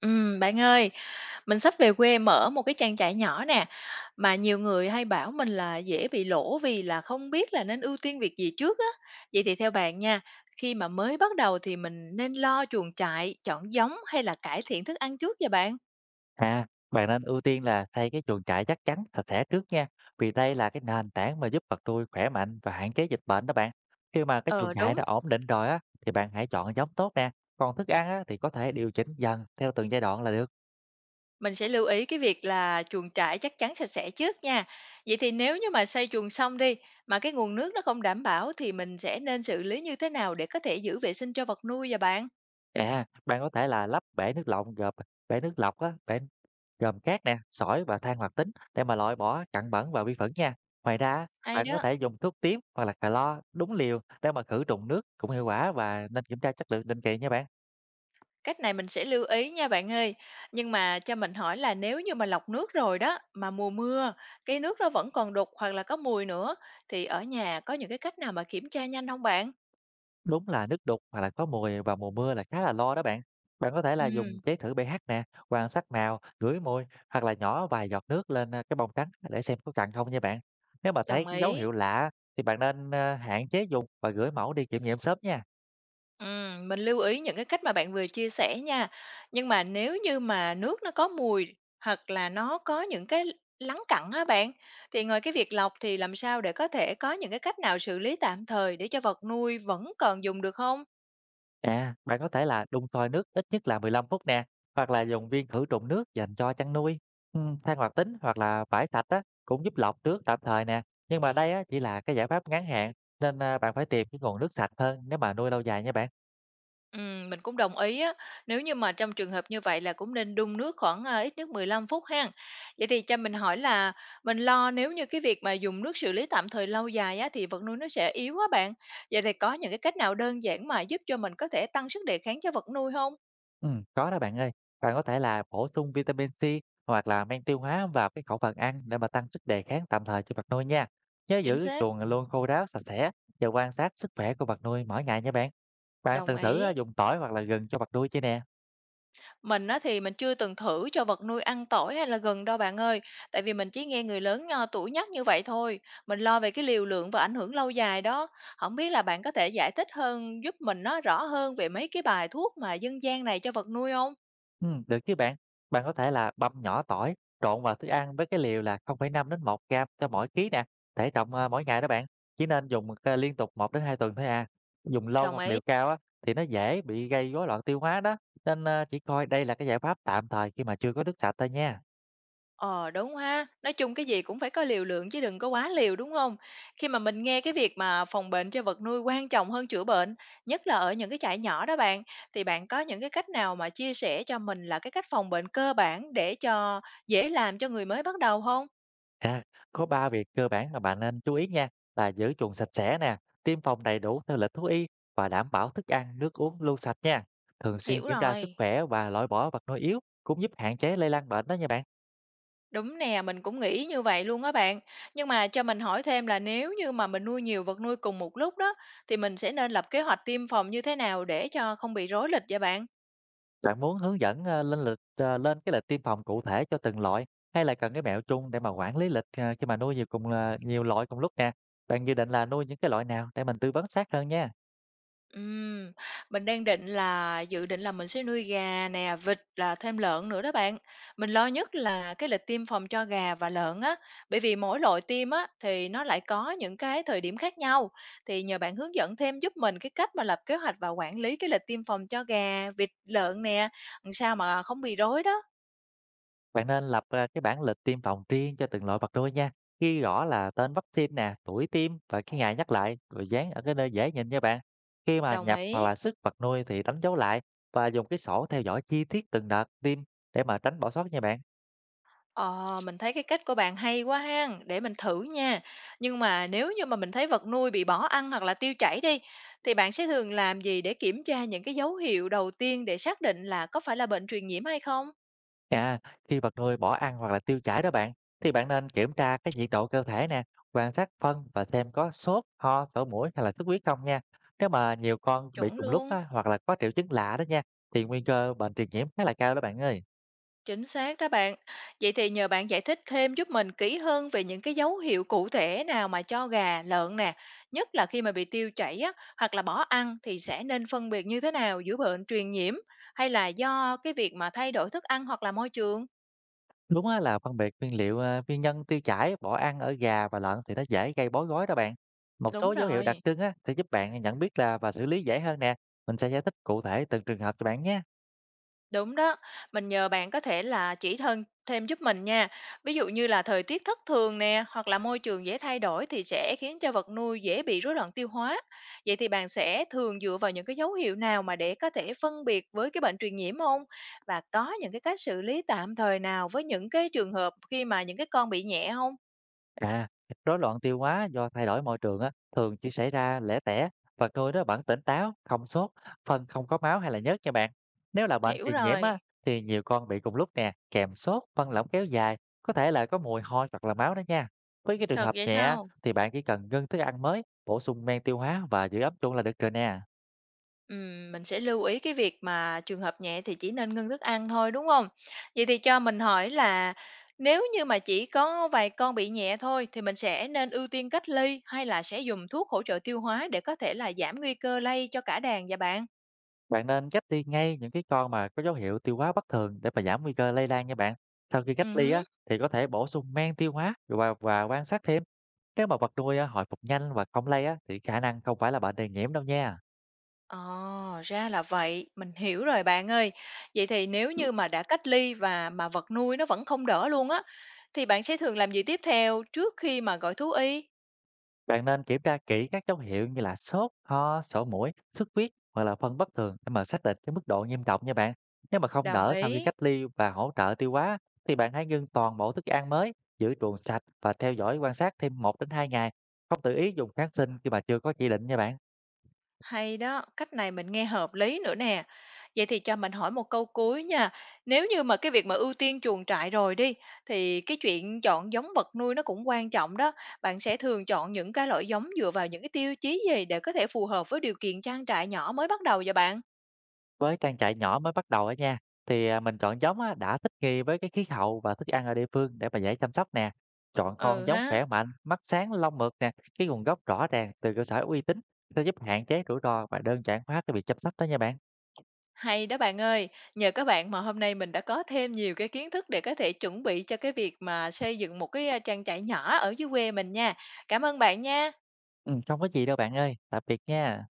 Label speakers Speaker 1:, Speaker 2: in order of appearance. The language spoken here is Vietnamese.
Speaker 1: Bạn ơi, mình sắp về quê mở một cái trang trại nhỏ nè, mà nhiều người hay bảo mình là dễ bị lỗ vì là không biết là nên ưu tiên việc gì trước á. Vậy thì theo bạn nha, khi mà mới bắt đầu thì mình nên lo chuồng trại, chọn giống hay là cải thiện thức ăn trước vậy bạn?
Speaker 2: À, bạn nên ưu tiên là thay cái chuồng trại chắc chắn, sạch sẽ trước nha. Vì đây là cái nền tảng mà giúp vật nuôi khỏe mạnh và hạn chế dịch bệnh đó bạn. Khi mà cái chuồng
Speaker 1: Ờ
Speaker 2: trại đã
Speaker 1: đúng,
Speaker 2: ổn định rồi á, thì bạn hãy chọn giống tốt nè. Còn thức ăn á, thì có thể điều chỉnh dần theo từng giai đoạn là được.
Speaker 1: mình sẽ lưu ý cái việc là chuồng trại chắc chắn sạch sẽ trước nha. Vậy thì nếu như mà xây chuồng xong đi mà cái nguồn nước nó không đảm bảo thì mình sẽ nên xử lý như thế nào để có thể giữ vệ sinh cho vật nuôi vậy bạn?
Speaker 2: À, bạn có thể là lắp bể nước lọc á, bể gồm cát nè, sỏi và than hoạt tính để mà loại bỏ cặn bẩn và vi khuẩn nha. Ngoài ra,
Speaker 1: Hay
Speaker 2: bạn có
Speaker 1: đó.
Speaker 2: thể dùng thuốc tím hoặc là clo đúng liều để mà khử trùng nước cũng hiệu quả và nên kiểm tra chất lượng định kỳ nha bạn.
Speaker 1: Cách này mình sẽ lưu ý nha bạn ơi. Nhưng mà cho mình hỏi là nếu như mà lọc nước rồi đó, mà mùa mưa, cái nước nó vẫn còn đục hoặc là có mùi nữa, thì ở nhà có những cái cách nào mà kiểm tra nhanh không bạn?
Speaker 2: Đúng là nước đục hoặc là có mùi vào mùa mưa là khá là lo đó bạn. Bạn có thể là dùng
Speaker 1: Ừm,
Speaker 2: cái thử pH nè, quan sát màu, ngửi mùi hoặc là nhỏ vài giọt nước lên cái bông trắng để xem có cần không nha bạn. Nếu mà thấy
Speaker 1: đồng
Speaker 2: cái dấu
Speaker 1: ý.
Speaker 2: hiệu lạ thì bạn nên hạn chế dùng và gửi mẫu đi kiểm nghiệm sớm nha.
Speaker 1: Mình lưu ý những cái cách mà bạn vừa chia sẻ nha. Nhưng mà nếu như mà nước nó có mùi hoặc là nó có những cái lắng cặn á bạn, thì ngoài cái việc lọc thì làm sao để có thể có những cái cách nào xử lý tạm thời để cho vật nuôi vẫn còn dùng được không?
Speaker 2: À, bạn có thể là đun sôi nước ít nhất là 15 phút nè, hoặc là dùng viên khử trùng nước dành cho chăn nuôi. Ừ, than hoạt tính hoặc là vải sạch á, cũng giúp lọc nước tạm thời nè. Nhưng mà đây á, chỉ là cái giải pháp ngắn hạn nên bạn phải tìm cái nguồn nước sạch hơn nếu mà nuôi lâu dài nha bạn.
Speaker 1: Mình cũng đồng ý á, nếu như mà trong trường hợp như vậy là cũng nên đun nước khoảng ít nhất 15 phút ha. Vậy thì cho mình hỏi là mình lo nếu như cái việc mà dùng nước xử lý tạm thời lâu dài á, thì vật nuôi nó sẽ yếu á bạn. Vậy thì có những cái cách nào đơn giản mà giúp cho mình có thể tăng sức đề kháng cho vật nuôi không?
Speaker 2: Có đó bạn ơi. Bạn có thể là bổ sung vitamin C hoặc là men tiêu hóa vào cái khẩu phần ăn để mà tăng sức đề kháng tạm thời cho vật nuôi nha. Nhớ giữ
Speaker 1: Chính
Speaker 2: cái
Speaker 1: xác,
Speaker 2: chuồng luôn khô ráo sạch sẽ và quan sát sức khỏe của vật nuôi mỗi ngày nha bạn. Bạn
Speaker 1: đồng
Speaker 2: từng thử
Speaker 1: ý.
Speaker 2: dùng tỏi hoặc là gừng cho vật nuôi chưa nè?
Speaker 1: Mình á thì mình chưa từng thử cho vật nuôi ăn tỏi hay là gừng đâu bạn ơi, tại vì mình chỉ nghe người lớn tuổi nhắc như vậy thôi. Mình lo về cái liều lượng và ảnh hưởng lâu dài đó. Không biết là bạn có thể giải thích hơn giúp mình nó rõ hơn về mấy cái bài thuốc mà dân gian này cho vật nuôi không?
Speaker 2: Được chứ bạn. Bạn có thể là băm nhỏ tỏi, trộn vào thức ăn với cái liều là 0,5 đến 1 gram cho mỗi ký nè, thể trọng mỗi ngày đó bạn. Chỉ nên dùng liên tục 1 đến 2 tuần thôi à. Dùng lâu
Speaker 1: Đồng
Speaker 2: hoặc
Speaker 1: ý.
Speaker 2: liều cao á, thì nó dễ bị gây rối loạn tiêu hóa đó. Nên chỉ coi đây là cái giải pháp tạm thời khi mà chưa có nước sạch thôi nha.
Speaker 1: Ờ, đúng ha. Nói chung cái gì cũng phải có liều lượng chứ đừng có quá liều, đúng không? Khi mà mình nghe cái việc mà phòng bệnh cho vật nuôi quan trọng hơn chữa bệnh, nhất là ở những cái trại nhỏ đó bạn, thì bạn có những cái cách nào mà chia sẻ cho mình là cái cách phòng bệnh cơ bản để cho dễ làm cho người mới bắt đầu không?
Speaker 2: À, có 3 việc cơ bản mà bạn nên chú ý nha, là giữ chuồng sạch sẽ nè, tiêm phòng đầy đủ theo lịch thú y và đảm bảo thức ăn, nước uống luôn sạch nha. Thường xuyên
Speaker 1: Hiểu
Speaker 2: kiểm tra sức
Speaker 1: rồi.
Speaker 2: khỏe và loại bỏ vật nuôi yếu cũng giúp hạn chế lây lan bệnh đó nha bạn.
Speaker 1: Đúng nè, mình cũng nghĩ như vậy luôn á bạn. Nhưng mà cho mình hỏi thêm là nếu như mà mình nuôi nhiều vật nuôi cùng một lúc đó, thì mình sẽ nên lập kế hoạch tiêm phòng như thế nào để cho không bị rối lịch vậy bạn?
Speaker 2: Bạn muốn hướng dẫn lên cái lịch tiêm phòng cụ thể cho từng loại hay là cần cái mẹo chung để mà quản lý lịch khi mà nuôi nhiều nhiều loại cùng lúc nè. Bạn dự định là nuôi những cái loại nào để mình tư vấn sát hơn nha.
Speaker 1: Ừm, mình đang định là dự định là mình sẽ nuôi gà nè, vịt là thêm lợn nữa đó bạn. Mình lo nhất là cái lịch tiêm phòng cho gà và lợn á, bởi vì mỗi loại tiêm á thì nó lại có những cái thời điểm khác nhau. Thì nhờ bạn hướng dẫn thêm giúp mình cái cách mà lập kế hoạch và quản lý cái lịch tiêm phòng cho gà, vịt, lợn nè, làm sao mà không bị rối đó.
Speaker 2: Bạn nên lập ra cái bảng lịch tiêm phòng riêng cho từng loại vật nuôi nha. Ghi rõ là tên vaccine nè, tuổi tiêm và cái ngày nhắc lại rồi dán ở cái nơi dễ nhìn nha bạn. Khi mà
Speaker 1: Đồng
Speaker 2: nhập hoặc
Speaker 1: ý.
Speaker 2: là sức vật nuôi thì đánh dấu lại và dùng cái sổ theo dõi chi tiết từng đợt tiêm để mà tránh bỏ sót nha bạn.
Speaker 1: Ờ, mình thấy cái cách của bạn hay quá ha, để mình thử nha. Nhưng mà nếu như mà mình thấy vật nuôi bị bỏ ăn hoặc là tiêu chảy đi, thì bạn sẽ thường làm gì để kiểm tra những cái dấu hiệu đầu tiên để xác định là có phải là bệnh truyền nhiễm hay không?
Speaker 2: À, khi vật nuôi bỏ ăn hoặc là tiêu chảy đó bạn thì bạn nên kiểm tra cái nhiệt độ cơ thể nè, quan sát phân và xem có sốt, ho, sổ mũi hay là xuất huyết không nha. Nếu mà nhiều con bị
Speaker 1: Chuẩn
Speaker 2: cùng lúc
Speaker 1: luôn,
Speaker 2: á, hoặc là có triệu chứng lạ đó nha thì nguy cơ bệnh truyền nhiễm khá là cao đó bạn ơi.
Speaker 1: chính xác đó bạn. Vậy thì nhờ bạn giải thích thêm giúp mình kỹ hơn về những cái dấu hiệu cụ thể nào mà cho gà, lợn nè, nhất là khi mà bị tiêu chảy á, hoặc là bỏ ăn thì sẽ nên phân biệt như thế nào giữa bệnh truyền nhiễm hay là do cái việc mà thay đổi thức ăn hoặc là môi trường?
Speaker 2: Đúng á, là phân biệt nguyên liệu, nguyên nhân tiêu chảy, bỏ ăn ở gà và lợn thì nó dễ gây bối rối đó bạn. Một
Speaker 1: Đúng
Speaker 2: số dấu hiệu đặc
Speaker 1: rồi,
Speaker 2: trưng á, sẽ giúp bạn nhận biết là và xử lý dễ hơn nè. Mình sẽ giải thích cụ thể từng trường hợp cho bạn nhé.
Speaker 1: đúng đó. Mình nhờ bạn có thể là chỉ thân thêm giúp mình nha. Ví dụ như là thời tiết thất thường nè, hoặc là môi trường dễ thay đổi thì sẽ khiến cho vật nuôi dễ bị rối loạn tiêu hóa. Vậy thì bạn sẽ thường dựa vào những cái dấu hiệu nào mà để có thể phân biệt với cái bệnh truyền nhiễm không? Và có những cái cách xử lý tạm thời nào với những cái trường hợp khi mà những cái con bị nhẹ không?
Speaker 2: À, rối loạn tiêu hóa do thay đổi môi trường á, thường chỉ xảy ra lẻ tẻ và người đó vẫn tỉnh táo, không sốt, phân không có máu hay là nhớt nha bạn. Nếu là bệnh
Speaker 1: Hiểu
Speaker 2: truyền nhiễm á,
Speaker 1: rồi.
Speaker 2: thì nhiều con bị cùng lúc nè, kèm sốt, phân lỏng kéo dài, có thể là có mùi hôi hoặc là máu đó nha. Với cái trường
Speaker 1: Thật
Speaker 2: hợp
Speaker 1: vậy
Speaker 2: nhẹ á,
Speaker 1: sao?
Speaker 2: thì bạn chỉ cần ngưng thức ăn mới, bổ sung men tiêu hóa và giữ ấm chuông là được rồi nè.
Speaker 1: Mình sẽ lưu ý cái việc mà trường hợp nhẹ thì chỉ nên ngưng thức ăn thôi, đúng không? Vậy thì cho mình hỏi là nếu như mà chỉ có vài con bị nhẹ thôi thì mình sẽ nên ưu tiên cách ly hay là sẽ dùng thuốc hỗ trợ tiêu hóa để có thể là giảm nguy cơ lây cho cả đàn và bạn?
Speaker 2: Bạn nên cách ly ngay những cái con mà có dấu hiệu tiêu hóa bất thường để mà giảm nguy cơ lây lan nha bạn. Sau khi
Speaker 1: Ừ
Speaker 2: cách ly á,
Speaker 1: hứm.
Speaker 2: thì có thể bổ sung men tiêu hóa và quan sát thêm. Nếu mà vật nuôi á, hồi phục nhanh và không lây á, thì khả năng không phải là bệnh này nhiễm đâu nha.
Speaker 1: Ồ, ra là vậy, mình hiểu rồi bạn ơi. Vậy thì nếu như mà đã cách ly và mà vật nuôi nó vẫn không đỡ luôn á, thì bạn sẽ thường làm gì tiếp theo trước khi mà gọi thú y?
Speaker 2: Bạn nên kiểm tra kỹ các dấu hiệu như là sốt, ho, sổ mũi, xuất huyết hoặc là phân bất thường để mà xác định cái mức độ nghiêm trọng nha bạn. Nếu mà không
Speaker 1: Đồng
Speaker 2: đỡ sau khi
Speaker 1: ý.
Speaker 2: cách ly và hỗ trợ tiêu hóa thì bạn hãy ngưng toàn bộ thức ăn mới, giữ chuồng sạch và theo dõi quan sát thêm 1 đến 2 ngày. Không tự ý dùng kháng sinh khi mà chưa có chỉ định nha bạn.
Speaker 1: Hay đó, cách này mình nghe hợp lý nữa nè. Vậy thì cho mình hỏi một câu cuối nha. Nếu như mà cái việc mà ưu tiên chuồng trại rồi đi, thì cái chuyện chọn giống vật nuôi nó cũng quan trọng đó. Bạn sẽ thường chọn những cái loại giống dựa vào những cái tiêu chí gì để có thể phù hợp với điều kiện trang trại nhỏ mới bắt đầu vậy bạn?
Speaker 2: Với trang trại nhỏ mới bắt đầu á nha, thì, mình chọn giống á đã thích nghi với cái khí hậu và thức ăn ở địa phương để mà dễ chăm sóc nè. Chọn con
Speaker 1: Ừ
Speaker 2: giống
Speaker 1: ha,
Speaker 2: khỏe mạnh, mắt sáng, lông mượt nè, cái nguồn gốc rõ ràng từ cơ sở uy tín sẽ giúp hạn chế rủi ro và đơn giản hóa cái việc chăm sóc đó nha bạn.
Speaker 1: hay đó bạn ơi. Nhờ các bạn mà hôm nay mình đã có thêm nhiều cái kiến thức để có thể chuẩn bị cho cái việc mà xây dựng một cái trang trại nhỏ ở dưới quê mình nha. Cảm ơn bạn nha.
Speaker 2: Không có gì đâu bạn ơi, tạm biệt nha.